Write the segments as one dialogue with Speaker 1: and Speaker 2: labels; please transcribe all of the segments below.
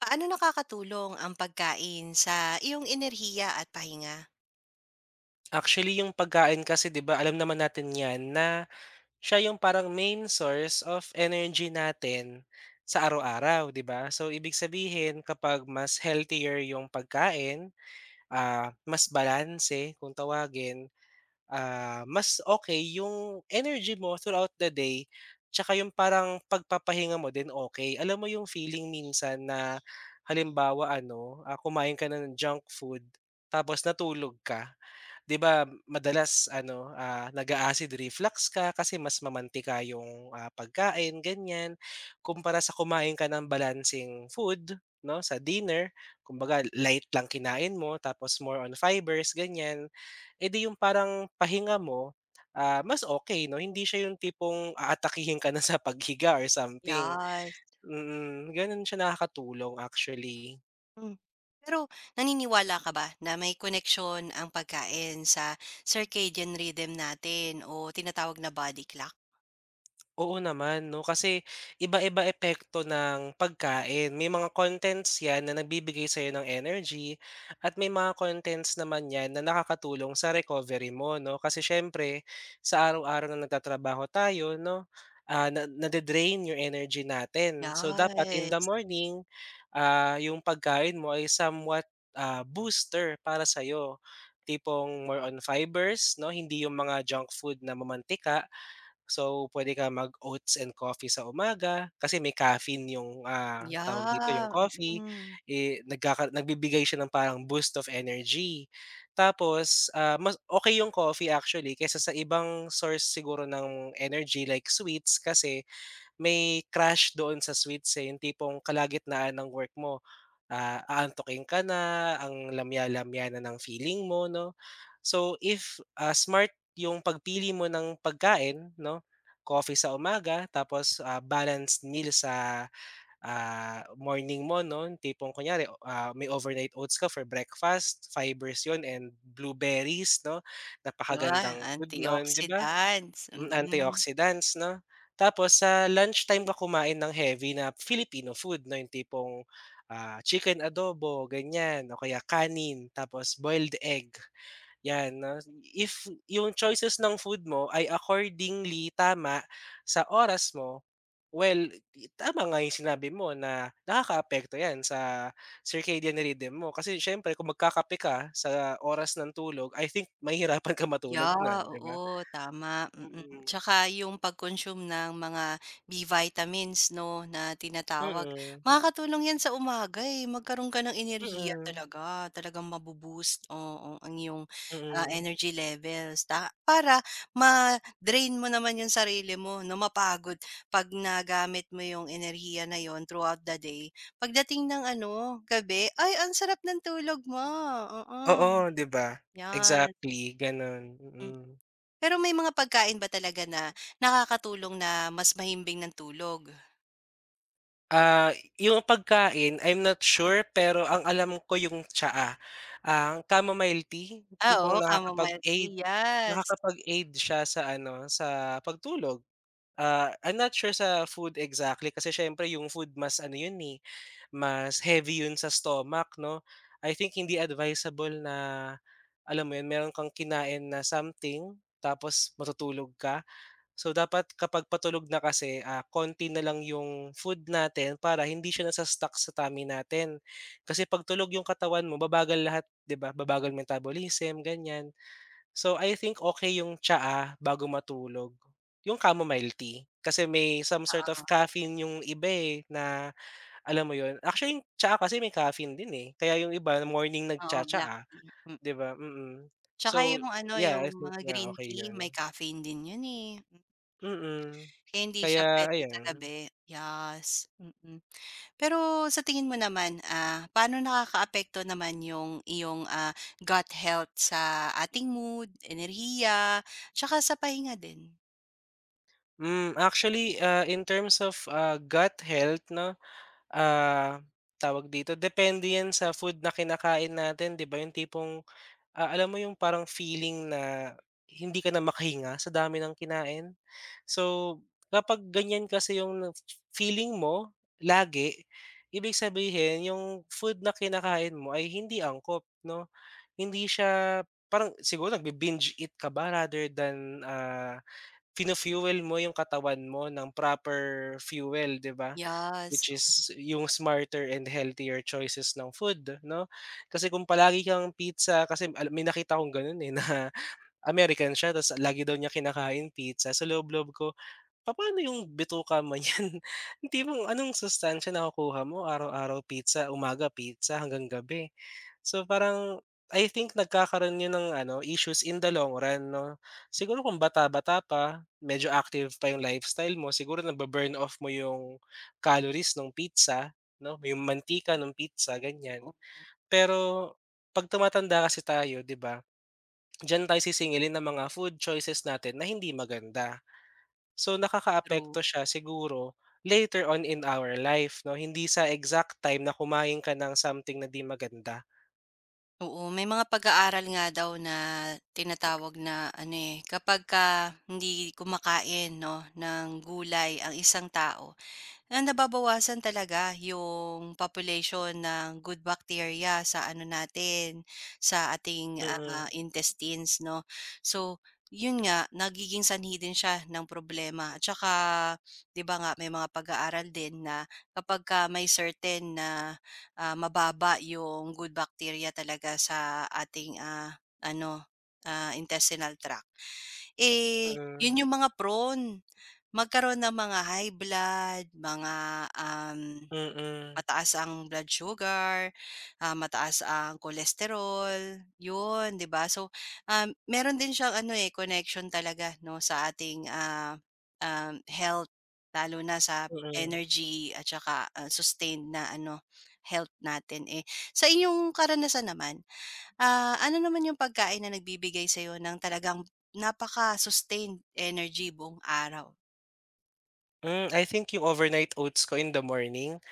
Speaker 1: Paano nakakatulong ang pagkain sa iyong enerhiya at pahinga?
Speaker 2: Actually, yung pagkain kasi 'di ba alam naman natin 'yan na siya yung parang main source of energy natin sa araw-araw, 'di ba? So ibig sabihin kapag mas healthier yung pagkain, mas balanse kung tawagin, mas okay yung energy mo throughout the day, tsaka yung parang pagpapahinga mo din okay. Alam mo yung feeling minsan na halimbawa ano, kumain ka na ng junk food tapos natulog ka. 'Di ba madalas ano, nag-a-acid reflux ka kasi mas mamantika yung, pagkain ganyan, kumpara sa kumain ka ng balancing food 'no, sa dinner kumbaga light lang kinain mo tapos more on fibers ganyan. Eh, di yung parang pahinga mo, mas okay 'no, hindi siya yung tipong aatakihin ka na sa paghiga or something.
Speaker 1: Yes,
Speaker 2: Ganun siya nakakatulong actually.
Speaker 1: hmm. Pero naniniwala ka ba na may koneksyon ang pagkain sa circadian rhythm natin o tinatawag na body clock?
Speaker 2: Oo naman 'no, kasi iba-iba epekto ng pagkain. May mga contents 'yan na nagbibigay sa'yo ng energy at may mga contents naman 'yan na nakakatulong sa recovery mo 'no. Kasi siyempre sa araw-araw na nagtatrabaho tayo 'no, na nade-drain yung energy natin. So dapat in the
Speaker 1: Yes,
Speaker 2: morning, yung pagkain mo ay somewhat, booster para sa'yo. Tipong more on fibers 'no, hindi yung mga junk food na mamantika. So, pwede ka mag-oats and coffee sa umaga kasi may caffeine yung, tawag dito, yung
Speaker 1: yeah,
Speaker 2: coffee,
Speaker 1: mm.
Speaker 2: eh, nagbibigay siya ng parang boost of energy. Tapos, mas okay yung coffee actually kaysa sa ibang source siguro ng energy like sweets kasi may crash doon sa sweets, eh, yung tipong kalagitnaan ng work mo, aantukin ka na, ang lamya-lamya na ng feeling mo 'no. So if, smart yung pagpili mo ng pagkain 'no, coffee sa umaga tapos, balanced meal sa, morning mo 'no, yung tipong kunyari, may overnight oats ka for breakfast, fibers yun and blueberries 'no,
Speaker 1: Ah,
Speaker 2: napakagandang food nun, 'di ba?
Speaker 1: antioxidants,
Speaker 2: Hmm,
Speaker 1: mm.
Speaker 2: antioxidants 'no? Tapos sa lunchtime ka kumain ng heavy na Filipino food 'no, yung tipong, chicken adobo ganyan o kaya kanin tapos boiled egg, 'yan 'no. If yung choices ng food mo ay accordingly tama sa oras mo, well, tama nga yung sinabi mo na nakakaapekto 'yan sa circadian rhythm mo kasi siyempre kung magkakape ka sa oras ng tulog, I think mahihirapan kang matulog
Speaker 1: Yeah,
Speaker 2: nun, 'di ba?
Speaker 1: oo, tama, mm.
Speaker 2: Mm,
Speaker 1: Tsaka yung pag-consume ng mga B vitamins 'no, na tinatawag.
Speaker 2: mm.
Speaker 1: Makakatulong 'yan sa umaga, eh, magkaroon ka ng enerhiya
Speaker 2: Mm,
Speaker 1: talaga, talagang mabo-boost, oo, ang iyong,
Speaker 2: mm.
Speaker 1: energy levels ta para ma-drain mo naman yung sarili mo 'no, mapagod 'pag nagamit mo yung enerhiya na yon throughout the day. Pagdating ng ano, gabi, ay ang sarap ng tulog mo, oo,
Speaker 2: Oo, 'di ba?
Speaker 1: 'yan.
Speaker 2: Exactly, gano'n, mm.
Speaker 1: Pero may mga pagkain ba talaga na nakakatulong na mas mahimbing ng tulog?
Speaker 2: Yung pagkain, I'm not sure, pero ang alam ko yung tsaa, ang chamomile tea,
Speaker 1: Ah,
Speaker 2: tipong
Speaker 1: oo, chamomile tea, yes.
Speaker 2: nakakapag-aid siya sa ano, sa pagtulog. I'm not sure sa food exactly kasi siyempre yung food mas ano yun, eh, mas heavy yun sa stomach 'no. I think hindi advisable na, alam mo yun, meron kang kinain na something tapos matutulog ka. So, dapat kapag patulog na kasi, konti na lang yung food natin para hindi siya nasa-stuck sa tummy natin. Kasi 'pag tulog yung katawan mo, babagal lahat, 'di ba? Babagal metabolism, ganyan. So, I think okay yung tsaa bago matulog, yung chamomile tea. Kasi may some sort of
Speaker 1: Oo,
Speaker 2: caffeine yung iba, eh, na alam mo yun? Actually, yung tsaa kasi may caffeine din, eh, kaya yung iba morning
Speaker 1: oo, black
Speaker 2: nagtya-tsaa,
Speaker 1: tea, hmm.
Speaker 2: 'di ba? Mm.
Speaker 1: Tsaka
Speaker 2: So,
Speaker 1: yung ano,
Speaker 2: yeah,
Speaker 1: yung
Speaker 2: I think
Speaker 1: mga
Speaker 2: na
Speaker 1: green
Speaker 2: okay
Speaker 1: tea may
Speaker 2: yun.
Speaker 1: caffeine din yun, eh. Mm.
Speaker 2: Mm.
Speaker 1: Kaya hindi siya
Speaker 2: Kaya
Speaker 1: puwede sa
Speaker 2: ayan.
Speaker 1: gabi, yes, mm. Pero sa tingin mo naman, paano nakakaapekto naman yung iyong, gut health sa ating mood, enerhiya, tsaka sa pahinga din?
Speaker 2: Hmm, actually, in terms of, gut health 'no, ah, tawag dito, depende yan sa food na kinakain natin, 'di ba? Alam mo yung parang feeling na hindi ka na makahinga sa dami ng kinain? So, kapag ganyan kasi yung na feeling mo lagi, ibig sabihin yung food na kinakain mo ay hindi angkop 'no? Hindi siya parang siguro nagbi-binge eat ka ba rather than, fino fuel mo yung katawan mo ng proper fuel, 'di ba?
Speaker 1: Yes,
Speaker 2: Which is yung smarter and healthier choices ng food 'no. Kasi kung palagi kang pizza kasi ala may nakita akong gano'n, eh, na American siya ta's lagi daw niya kinakain pizza. Sa loob-loob ko, papaano yung bituka mo niyan? Yung tipong anong sustansiya nakukuha mo araw-araw pizza, umaga pizza hanggang gabi. So parang I think nagkakaroon 'yun ng ano, issues in the long run 'no. Siguro kung bata-bata pa, medyo active pa yung lifestyle mo, siguro nabu-burn off mo yung calories ng pizza 'no, yung mantika ng pizza ganyan.
Speaker 1: oo,
Speaker 2: Pero 'pag tumatanda kasi tayo 'di ba, diyan tayo sisingilin ng mga food choices natin na hindi maganda. So, nakakaapekto
Speaker 1: true.
Speaker 2: siya siguro later on in our life 'no, hindi sa exact time na kumain ka ng something na 'di maganda.
Speaker 1: Oo, may mga pag-aaral nga daw na tinatawag na ano eh, kapagka hindi kumakain 'no, ng gulay ang isang tao, na nababawasan talaga yung population ng good bacteria sa ano natin, sa ating,
Speaker 2: Mm,
Speaker 1: intestines 'no. So, yun nga nagiging sanhi din siya ng problema at saka 'di ba nga may mga pag-aaral din na kapagka may certain na, mababa yung good bacteria talaga sa ating, ano, intestinal tract eh,
Speaker 2: mm,
Speaker 1: yun yung mga prone. Magkaroon ng mga high blood, mga, um,
Speaker 2: mm,
Speaker 1: mataas ang blood sugar, mataas ang cholesterol, yun, 'di ba? So, meron din siyang ano, eh, connection talaga 'no sa ating, health lalo na sa
Speaker 2: mm.
Speaker 1: energy at saka, sustained na ano, health natin, eh. Sa inyong karanasan naman. Ano naman yung pagkain na nagbibigay sa'yo ng talagang napaka-sustained energy buong araw?
Speaker 2: Hmm, I think yung overnight oats ko in the morning.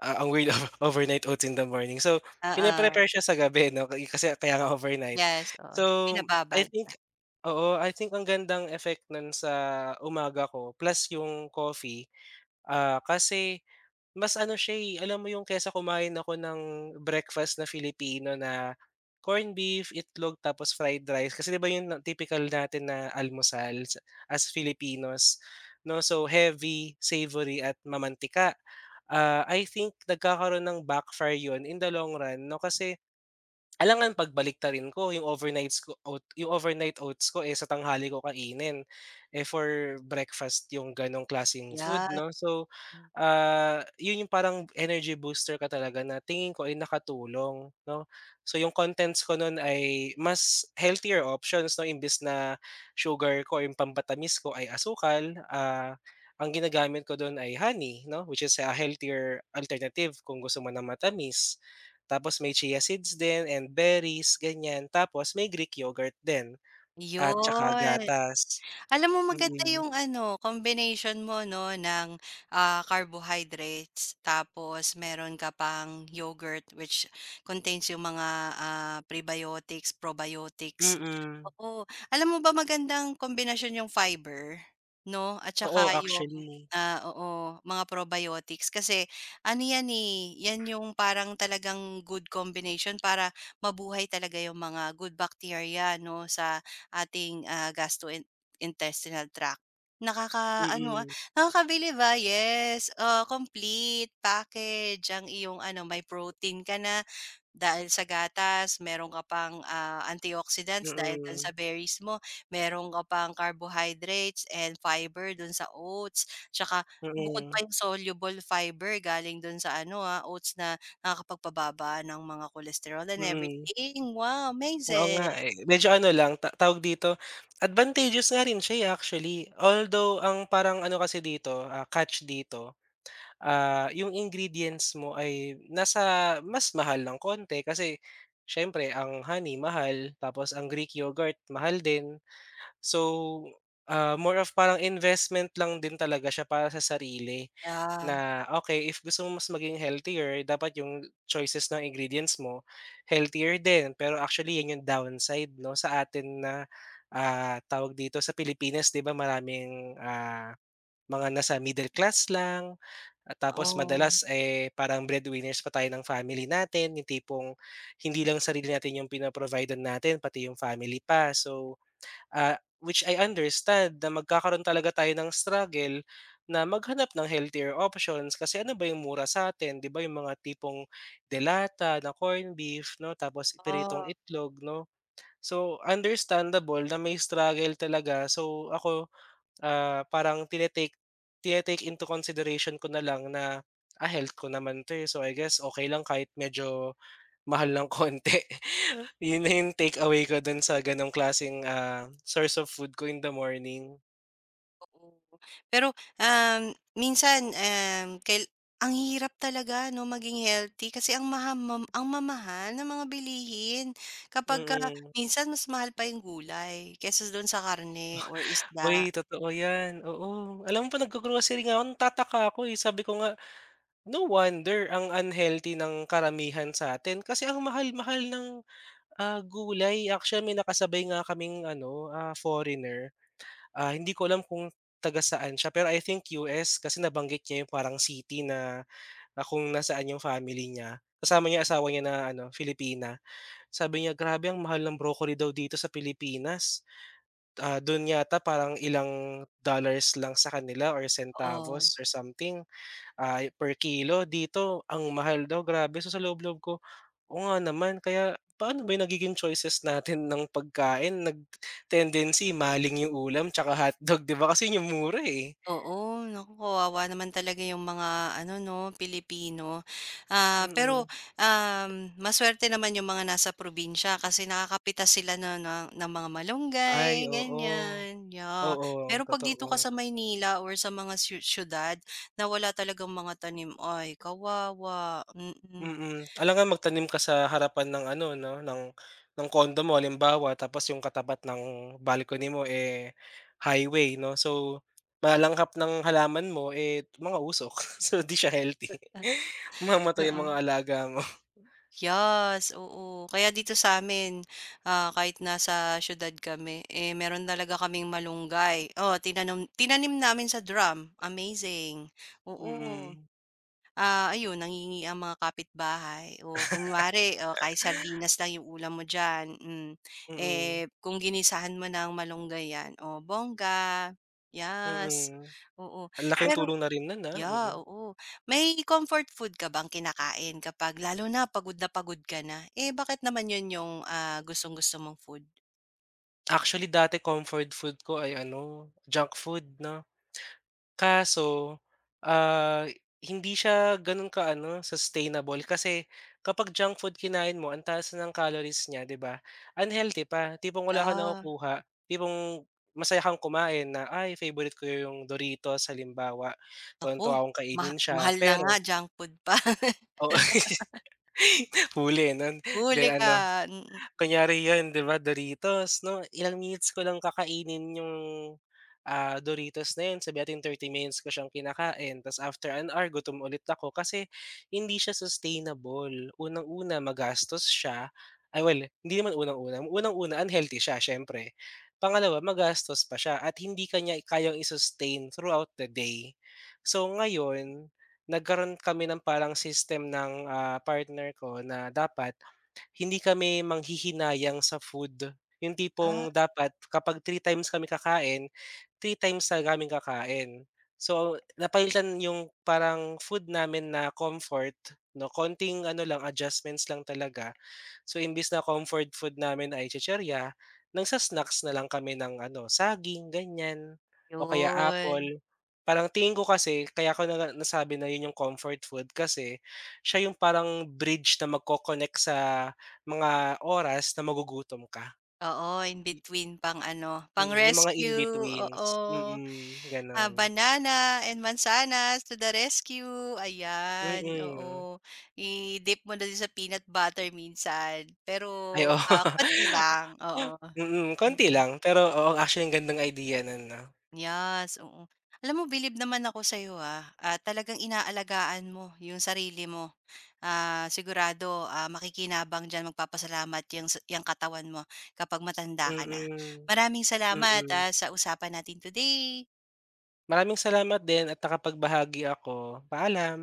Speaker 2: Ang weird of overnight oats in the morning. So, pine-prepare
Speaker 1: Oo,
Speaker 2: siya sa gabi 'no, ka kasi kaya nga overnight.
Speaker 1: yes, oo,
Speaker 2: So, I
Speaker 1: binababad,
Speaker 2: think oo, I think ang gandang effect nun sa umaga ko plus yung coffee, kasi mas ano siya, eh, alam mo yung kaysa kumain ako ng breakfast na Filipino na corned beef, itlog, tapos fried rice kasi 'di ba yun ang typical natin na almusal sa as Filipinos 'no. So, heavy, savory at mamantika, I think nagkakaroon ng backfire yun in the long run 'no, kasi alangan pagbaliktarin ko yung overnights ko oat yung overnight oats ko, eh, sa tanghali ko kainin, eh, for breakfast yung gano'ng klaseng food
Speaker 1: yan,
Speaker 2: 'no. So, yun yung parang energy booster ka talaga na tingin ko ay nakatulong 'no. So, yung contents ko nun ay mas healthier options 'no, imbes na sugar ko or yung pampatamis ko ay asukal, ang ginagamit ko dun ay honey 'no, which is a healthier alternative kung gusto mo ng matamis. Tapos may chia seeds din and berries, ganyan. Tapos may Greek yogurt din at tsaka
Speaker 1: yun.
Speaker 2: gatas.
Speaker 1: Alam mo maganda
Speaker 2: Mm,
Speaker 1: yung ano, combination mo 'no ng, carbohydrates tapos meron ka pang yogurt which contains yung mga, prebiotics, probiotics.
Speaker 2: mm.
Speaker 1: Oo, alam mo ba magandang kombinasyon yung fiber 'no at
Speaker 2: Oo,
Speaker 1: saka yung,
Speaker 2: actually.
Speaker 1: oo, mga probiotics kasi ano yan, eh, yan yung parang talagang good combination para mabuhay talaga yung mga good bacteria 'no sa ating, intestinal tract. nakaka ano ah,
Speaker 2: Mm,
Speaker 1: Nakakabili ba? Yes, complete package ang iyong ano, may protein ka na dahil sa gatas, meron ka pang, antioxidants dahil do'n
Speaker 2: mm,
Speaker 1: sa berries mo, meron ka pang carbohydrates and fiber do'n sa oats, tsaka bukod pa
Speaker 2: mm,
Speaker 1: yung soluble fiber galing do'n sa ano, oats na nakakapagpababa ng mga cholesterol and
Speaker 2: mm.
Speaker 1: everything. Wow,
Speaker 2: Oo
Speaker 1: amazing.
Speaker 2: nga, eh. Medyo ano lang, tawag dito, advantageous nga rin siya, eh, actually. Although ang parang ano kasi dito, catch dito, yung ingredients mo ay nasa mas mahal ng konti kasi siyempre ang honey mahal, tapos ang Greek yogurt mahal din. So, more of parang investment lang din talaga siya para sa sarili
Speaker 1: Yeah,
Speaker 2: na, okay if gusto mo mas maging healthier dapat yung choices ng ingredients mo healthier din. Pero actually 'yan yung downside 'no sa atin na, tawag dito sa Pilipinas 'di ba maraming, mga nasa middle class lang at tapos
Speaker 1: oo,
Speaker 2: madalas, eh, parang breadwinners pa tayo ng family natin, yung tipong hindi lang sarili natin yung pino natin pati yung family pa. So, which I understand na magkakaroon talaga tayo ng struggle na maghanap ng healthier options kasi ano ba yung mura sa sa'tin, 'di ba, yung mga tipong delata na corned beef 'no, tapos pritong
Speaker 1: oh.
Speaker 2: itlog 'no. So, understandable na may struggle talaga. So, ako, parang tinetake into consideration ko na lang na, health ko naman 'to, eh. So, I guess okay lang kahit medyo mahal ng konti. Yun na yung take away ko dun sa ganong klaseng, source of food ko in the morning.
Speaker 1: Oo. Pero, minsan, ang hirap talaga 'no, maging healthy kasi ang maha mam ang mamahal ng mga bilihin kapagka
Speaker 2: Mm.
Speaker 1: minsan mas mahal pa yung gulay kaysa do'n sa karne or
Speaker 2: Uy,
Speaker 1: isda,
Speaker 2: totoo yan, oo. Alam mo pa naggo-grocery nga ako nagtataka ako, eh, sabi ko nga, no wonder ang unhealthy ng karamihan sa'tin kasi ang mahal-mahal ng, gulay. Actually, may nakasabay nga kaming ano, foreigner, hindi ko alam kung taga saan siya pero I think US kasi nabanggit niya yung parang city na Na kung nasaan yung family niya, kasama niya yung asawa niya na ano, Filipina. Sabi niya, "Grabe ang mahal ng broccoli daw dito sa Pilipinas." Dun yata parang ilang dollars lang sa kanila or
Speaker 1: oo.
Speaker 2: centavos or something, per kilo. Dito ang mahal daw, grabe. So, sa loob-loob ko, "Oo nga naman." Kaya paano ba yung nagiging choices natin ng pagkain nag-tendency maling yung ulam tsaka hotdog, 'di ba? Kasi yun yung mura, eh.
Speaker 1: Oo, naku, kawawa naman talaga yung mga ano 'no, Pilipino. Ah, pero,
Speaker 2: Mm.
Speaker 1: masuwerte naman yung mga nasa probinsya kasi nakakapitas sila na na ng mga
Speaker 2: Ay,
Speaker 1: malunggay,
Speaker 2: oo.
Speaker 1: ganyan, yeah.
Speaker 2: Oo,
Speaker 1: Pero 'pag dito ka
Speaker 2: totoo.
Speaker 1: sa Maynila or sa mga siyudad na wala talagang mga tanim, ay kawawa, mm.
Speaker 2: Mm. Alangan magtanim ka sa harapan ng ano 'no, ng condo mo halimbawa tapos yung katapat ng balcony mo, eh, highway 'no. So, malanghap ng halaman mo, eh, mga usok. So, 'di siya healthy.
Speaker 1: Ah,
Speaker 2: Mamamatay ang
Speaker 1: oo.
Speaker 2: mga alaga mo.
Speaker 1: Yes, oo. Kaya dito sa sa'min, kahit nasa siyudad kami, eh, meron talaga kaming malunggay. Oh, tinanim namin sa drum, amazing. Oo,
Speaker 2: Mm.
Speaker 1: ayun nangingi ang mga kapitbahay. O kunwari, o kahit sardinas lang yung ulam mo diyan, hmm,
Speaker 2: Mm.
Speaker 1: eh, kung ginisahan mo ng malunggay yan, o bongga, yes,
Speaker 2: Mm.
Speaker 1: oo.
Speaker 2: Ang laking
Speaker 1: Pero,
Speaker 2: tulong na rin nun, mm.
Speaker 1: yeah, oo. May comfort food ka bang kinakain kapag lalo na pagod ka na? Eh, bakit naman yun yung, gustong-gusto mong food?
Speaker 2: Actually dati comfort food ko ay ano, junk food 'no. Kaso, ah, hindi siya gano'n ka-ano, sustainable kasi kapag junk food kinain mo ang taas na ng calories niya, 'di ba? Unhealthy pa, tipong wala kang
Speaker 1: Yeah.
Speaker 2: nakukuha, tipong masaya kang kumain na, "Ay, favorite ko yung Doritos," halimbawa,
Speaker 1: Ako
Speaker 2: tuwang-tuwa akong kainin siya
Speaker 1: mahal na nga,
Speaker 2: pero
Speaker 1: junk food pa.
Speaker 2: oo, huli nun, 'di
Speaker 1: Huli ka,
Speaker 2: ano.
Speaker 1: mm. Mm.
Speaker 2: Kunyari 'yun 'di ba Doritos 'no, ilang minutes ko lang kakainin yung, Doritos na 'yun, sabihin nating 30 minutes ko siyang kinakain. Tapos after an hour gutom ulit ako kasi hindi siya sustainable. Unang-una magastos siya, ay well, hindi naman unang-una unhealthy siya siyempre. Pangalawa magastos pa siya at hindi niya kayang i-sustain throughout the day. So ngayon, nagkaroon kami ng parang system ng, partner ko na dapat hindi kami manghihinayang sa food. Yung tipong
Speaker 1: Ah,
Speaker 2: dapat kapag three times kami kakain, three times na namin kakain. So, napalitan yung parang food namin na comfort 'no, konting ano lang, adjustments lang talaga. So imbis na comfort food namin ay chicherya, nang sa snacks na lang kami ng ano, saging ganyan o kaya
Speaker 1: yun.
Speaker 2: apple. Parang tingin ko kasi kaya ko na nasabi na yun yung comfort food kasi siya yung parang bridge na magko-connect sa mga oras na magugutom ka.
Speaker 1: Oo, in
Speaker 2: Y
Speaker 1: between pang ano,
Speaker 2: mm, yung mga in
Speaker 1: pang-rescue,
Speaker 2: betweens,
Speaker 1: oo.
Speaker 2: mm,
Speaker 1: Ah,
Speaker 2: gano'n.
Speaker 1: banana and mansanas to the rescue, ayan,
Speaker 2: Mm.
Speaker 1: oo. I-dip mo na din sa peanut butter minsan, pero,
Speaker 2: Ay, oo.
Speaker 1: konti lang, oo,
Speaker 2: Mm, konti
Speaker 1: mm.
Speaker 2: lang pero oo, actually ang gandang idea nun 'no?
Speaker 1: Yes, oo. Alam mo bilib naman ako sa sa'yo, talagang inaalagaan mo yung sarili mo. Ah, sigurado, makikinabang diyan, magpapasalamat yung sa yang katawan mo kapag matanda ka na.
Speaker 2: Mm,
Speaker 1: Maraming salamat,
Speaker 2: mm.
Speaker 1: sa usapan natin today.
Speaker 2: Maraming salamat din at nakapagbahagi ako. Paalam.